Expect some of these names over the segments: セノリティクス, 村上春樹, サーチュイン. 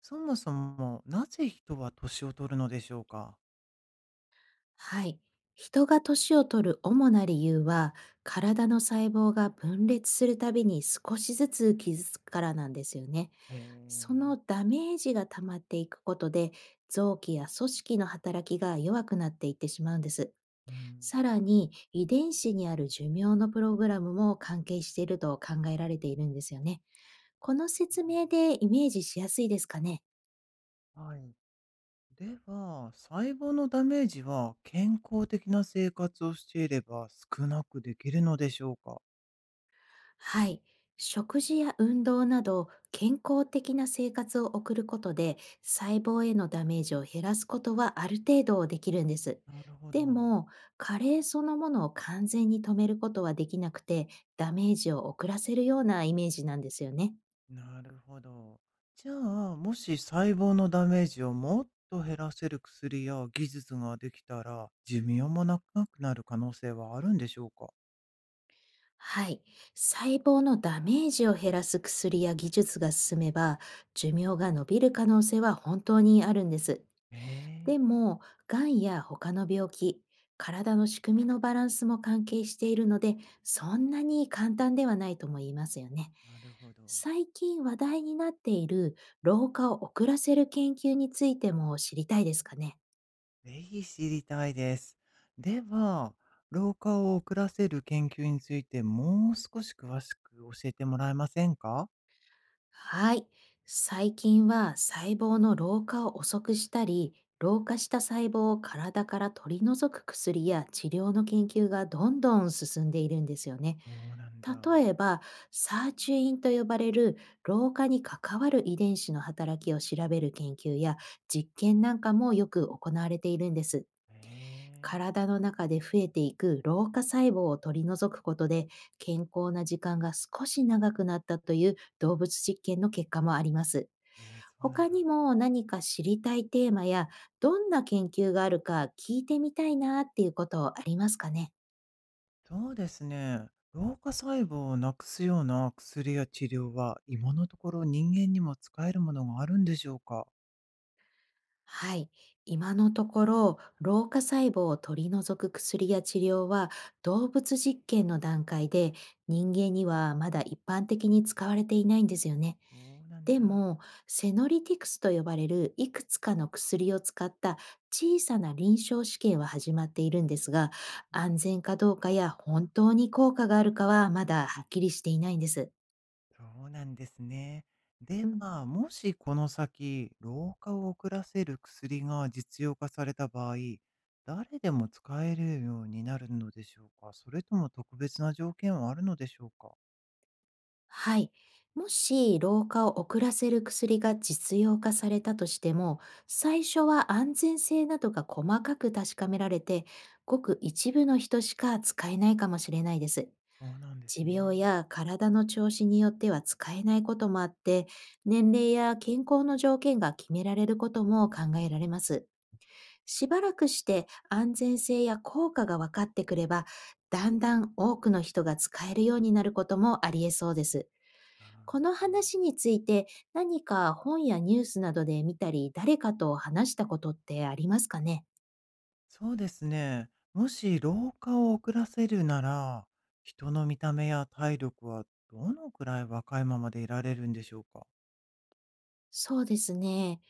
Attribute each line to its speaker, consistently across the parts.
Speaker 1: そもそも、なぜ人は年を取るのでしょうか？
Speaker 2: はい。人が年を取る主な理由は、体の細胞が分裂するたびに少しずつ傷つくからなんですよね。
Speaker 1: へえ
Speaker 2: その
Speaker 1: ー。
Speaker 2: ダメージが溜まっていくことで、臓器や組織の働きが弱くなっていってしまうんです。
Speaker 1: うん、
Speaker 2: さらに、遺伝子にある寿命のプログラムも関係していると考えられているんですよね。この
Speaker 1: なる
Speaker 2: 説
Speaker 1: ほど。
Speaker 2: 明でイメージしやすいですかね。
Speaker 1: はい。では、細胞のダメージは健康的な生活をしていれば少なくできるのでしょうか？
Speaker 2: はい。食事や運動など健康的な生活を送ることで細胞へのダメージを減らすことはある程度できるんです。
Speaker 1: なるほ
Speaker 2: で
Speaker 1: ど。
Speaker 2: も、加齢そのものを完全に止めることはできなくて、ダメージを遅らせるようなイメージなんですよね。
Speaker 1: なるほど。じゃあ、もし細胞のダメージをもっと減らせる薬や技術ができたら、寿命も長くなる可能性はあるんでしょうか？
Speaker 2: はい。細胞のダメージを減らす薬や技術が進めば、寿命が延びる可能性は本当にあるんです。
Speaker 1: ええ。
Speaker 2: でも、がんや他の病気、体の仕組みのバランスも関係しているので、そんなに簡単ではないとも言いますよね。
Speaker 1: なるほど。
Speaker 2: 最近話題になっている老化を遅らせる研究についても知りたいですかね。
Speaker 1: ぜひ知りたいです。では、老化を遅らせる研究についてもう少し詳しく教えてもらえませんか？
Speaker 2: はい。最近は細胞の老化を遅くしたり、老化した細胞を体から取り除く薬や治療の研究がどんどん進んでいるんですよね。
Speaker 1: そうなんだ。
Speaker 2: 例えば、サーチュインと呼ばれる老化に関わる遺伝子の働きを調べる研究や実験なんかもよく行われているんです。
Speaker 1: へえ。
Speaker 2: 体の中で増えていく老化細胞を取り除くことで、健康な時間が少し長くなったという動物実験の結果もあります。
Speaker 1: ええ、そうなん
Speaker 2: 他に
Speaker 1: だ。
Speaker 2: も何か知りたいテーマやどんな研究があるか聞いてみたいなっていうことありますかね？
Speaker 1: そうですね。老化細胞をなくすような薬や治療は今のところ人間にも使えるものがあるんでしょうか？
Speaker 2: はい。今のところ、老化細胞を取り除く薬や治療は動物実験の段階で、人間にはまだ一般的に使われていないんですよね。
Speaker 1: そうなん
Speaker 2: で
Speaker 1: だ。
Speaker 2: も、セノリティクスと呼ばれるいくつかの薬を使った小さな臨床試験は始まっているんですが、安全かどうかや本当に効果があるかはまだはっきりしていないんです。
Speaker 1: そうなんですね。
Speaker 2: う
Speaker 1: で
Speaker 2: ん。
Speaker 1: は、もしこの先、老化を遅らせる薬が実用化された場合、誰でも使えるようになるのでしょうか？それとも特別な条件はあるのでしょうか？
Speaker 2: はい。もし老化を遅らせる薬が実用化されたとしても、最初は安全性などが細かく確かめられて、ごく一部の人しか使えないかもしれないです。
Speaker 1: そうなんです
Speaker 2: 持病
Speaker 1: ね。
Speaker 2: や体の調子によっては使えないこともあって、年齢や健康の条件が決められることも考えられます。しばらくして安全性や効果が分かってくれば、だんだん多くの人が使えるようになることもありえそうです。
Speaker 1: あ
Speaker 2: こ
Speaker 1: あ、
Speaker 2: の
Speaker 1: そうなん
Speaker 2: 話
Speaker 1: だ。
Speaker 2: について何か本やニュースなどで見たり、誰かと話したことってありますかね？
Speaker 1: そうですね。もし老化を遅らせるなら、人の見た目や体力はどのくらい若いままでいられるんでしょうか？
Speaker 2: そうですね。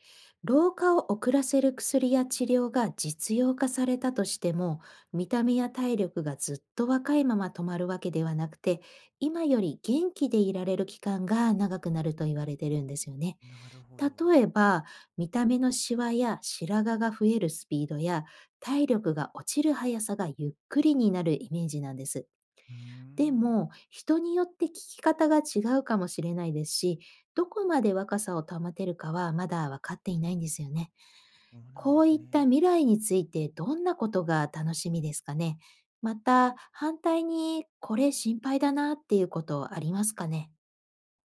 Speaker 2: 老化を遅らせる薬や治療が実用化されたとしても、見た目や体力がずっと若いまま止まるわけではなくて、今より元気でいられる期間が長くなると言われてるんですよね。
Speaker 1: なるほど。
Speaker 2: 例えば、見た目のシワや白髪が増えるスピードや、体力が落ちる速さがゆっくりになるイメージなんです。
Speaker 1: うー
Speaker 2: で
Speaker 1: ん、
Speaker 2: も、人によって聞き方が違うかもしれないですし、どこまで若さを保てるかはまだ分かっていないんですよね。
Speaker 1: そうなん
Speaker 2: こ
Speaker 1: で
Speaker 2: う
Speaker 1: す
Speaker 2: いった
Speaker 1: ね。
Speaker 2: 未来についてどんなことが楽しみですかね。また、反対にこれ心配だなっていうことありますかね。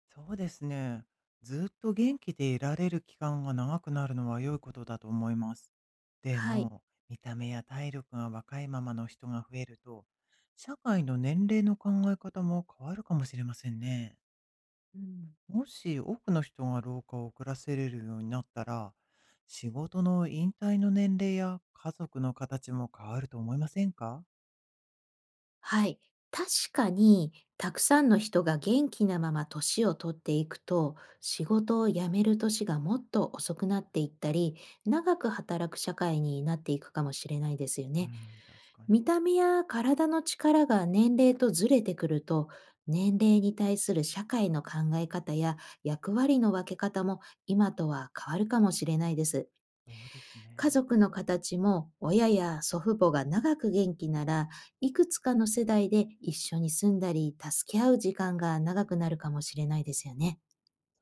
Speaker 1: そうですね。ずっと元気でいられる期間が長くなるのは良いことだと思います。で
Speaker 2: はい。
Speaker 1: も、見た目や体力が若いままの人が増えると、社会の年齢の考え方も変わるかもしれませんね。
Speaker 2: うん。
Speaker 1: もし多くの人が老化を遅らせれるようになったら、仕事の引退の年齢や家族の形も変わると思いませんか？
Speaker 2: はい、確かにたくさんの人が元気なまま年を取っていくと、仕事を辞める年がもっと遅くなっていったり、長く働く社会になっていくかもしれないですよ
Speaker 1: う
Speaker 2: ね。
Speaker 1: ん、確かに。
Speaker 2: 見た目や体の力が年齢とずれてくると、年齢に対する社会の考え方や役割の分け方も今とは変わるかもしれないです。
Speaker 1: そうです
Speaker 2: 家
Speaker 1: ね。
Speaker 2: 族の形も、親や祖父母が長く元気なら、いくつかの世代で一緒に住んだり、助け合う時間が長くなるかもしれないですよね。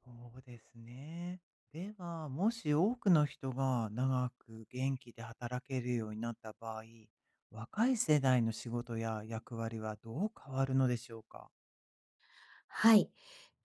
Speaker 1: そうですね。では、もし多くの人が長く元気で働けるようになった場合、若い世代の仕事や役割はどう変わるのでしょうか？
Speaker 2: はい。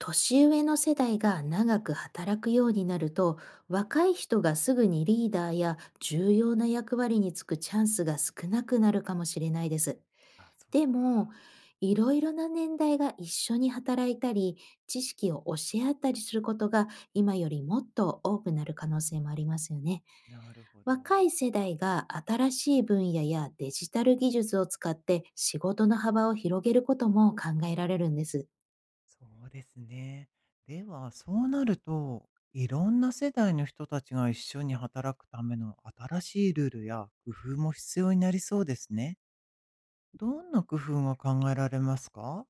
Speaker 2: 年上の世代が長く働くようになると、若い人がすぐにリーダーや重要な役割に就くチャンスが少なくなるかもしれないです。
Speaker 1: あ、そっ
Speaker 2: でも、
Speaker 1: か。
Speaker 2: いろいろな年代が一緒に働いたり、知識を教え合ったりすることが今よりもっと多くなる可能性もありますよね。
Speaker 1: なるほど。
Speaker 2: 若い世代が新しい分野やデジタル技術を使って仕事の幅を広げることも考えられるんです。
Speaker 1: そうですね。では、そうなると、いろんな世代の人たちが一緒に働くための新しいルールや工夫も必要になりそうですね。どんな工夫が考えられますか？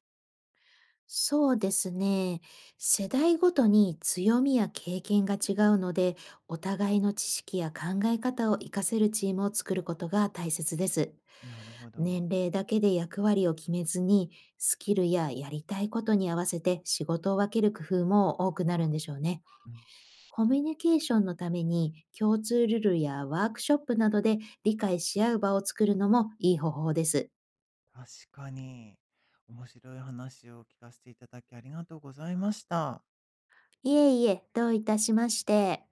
Speaker 2: そうですね。世代ごとに強みや経験が違うので、お互いの知識や考え方を活かせるチームを作ることが大切です。
Speaker 1: なるほど。
Speaker 2: 年齢だけで役割を決めずに、スキルややりたいことに合わせて仕事を分ける工夫も多くなるんでしょうね。コミュニケーションのために共通ルールやワークショップなどで理解し合う場を作るのもいい方法です。
Speaker 1: 確かに。面白い話を聞かせていただきありがとうございました。
Speaker 2: いえいえ、どういたしまして。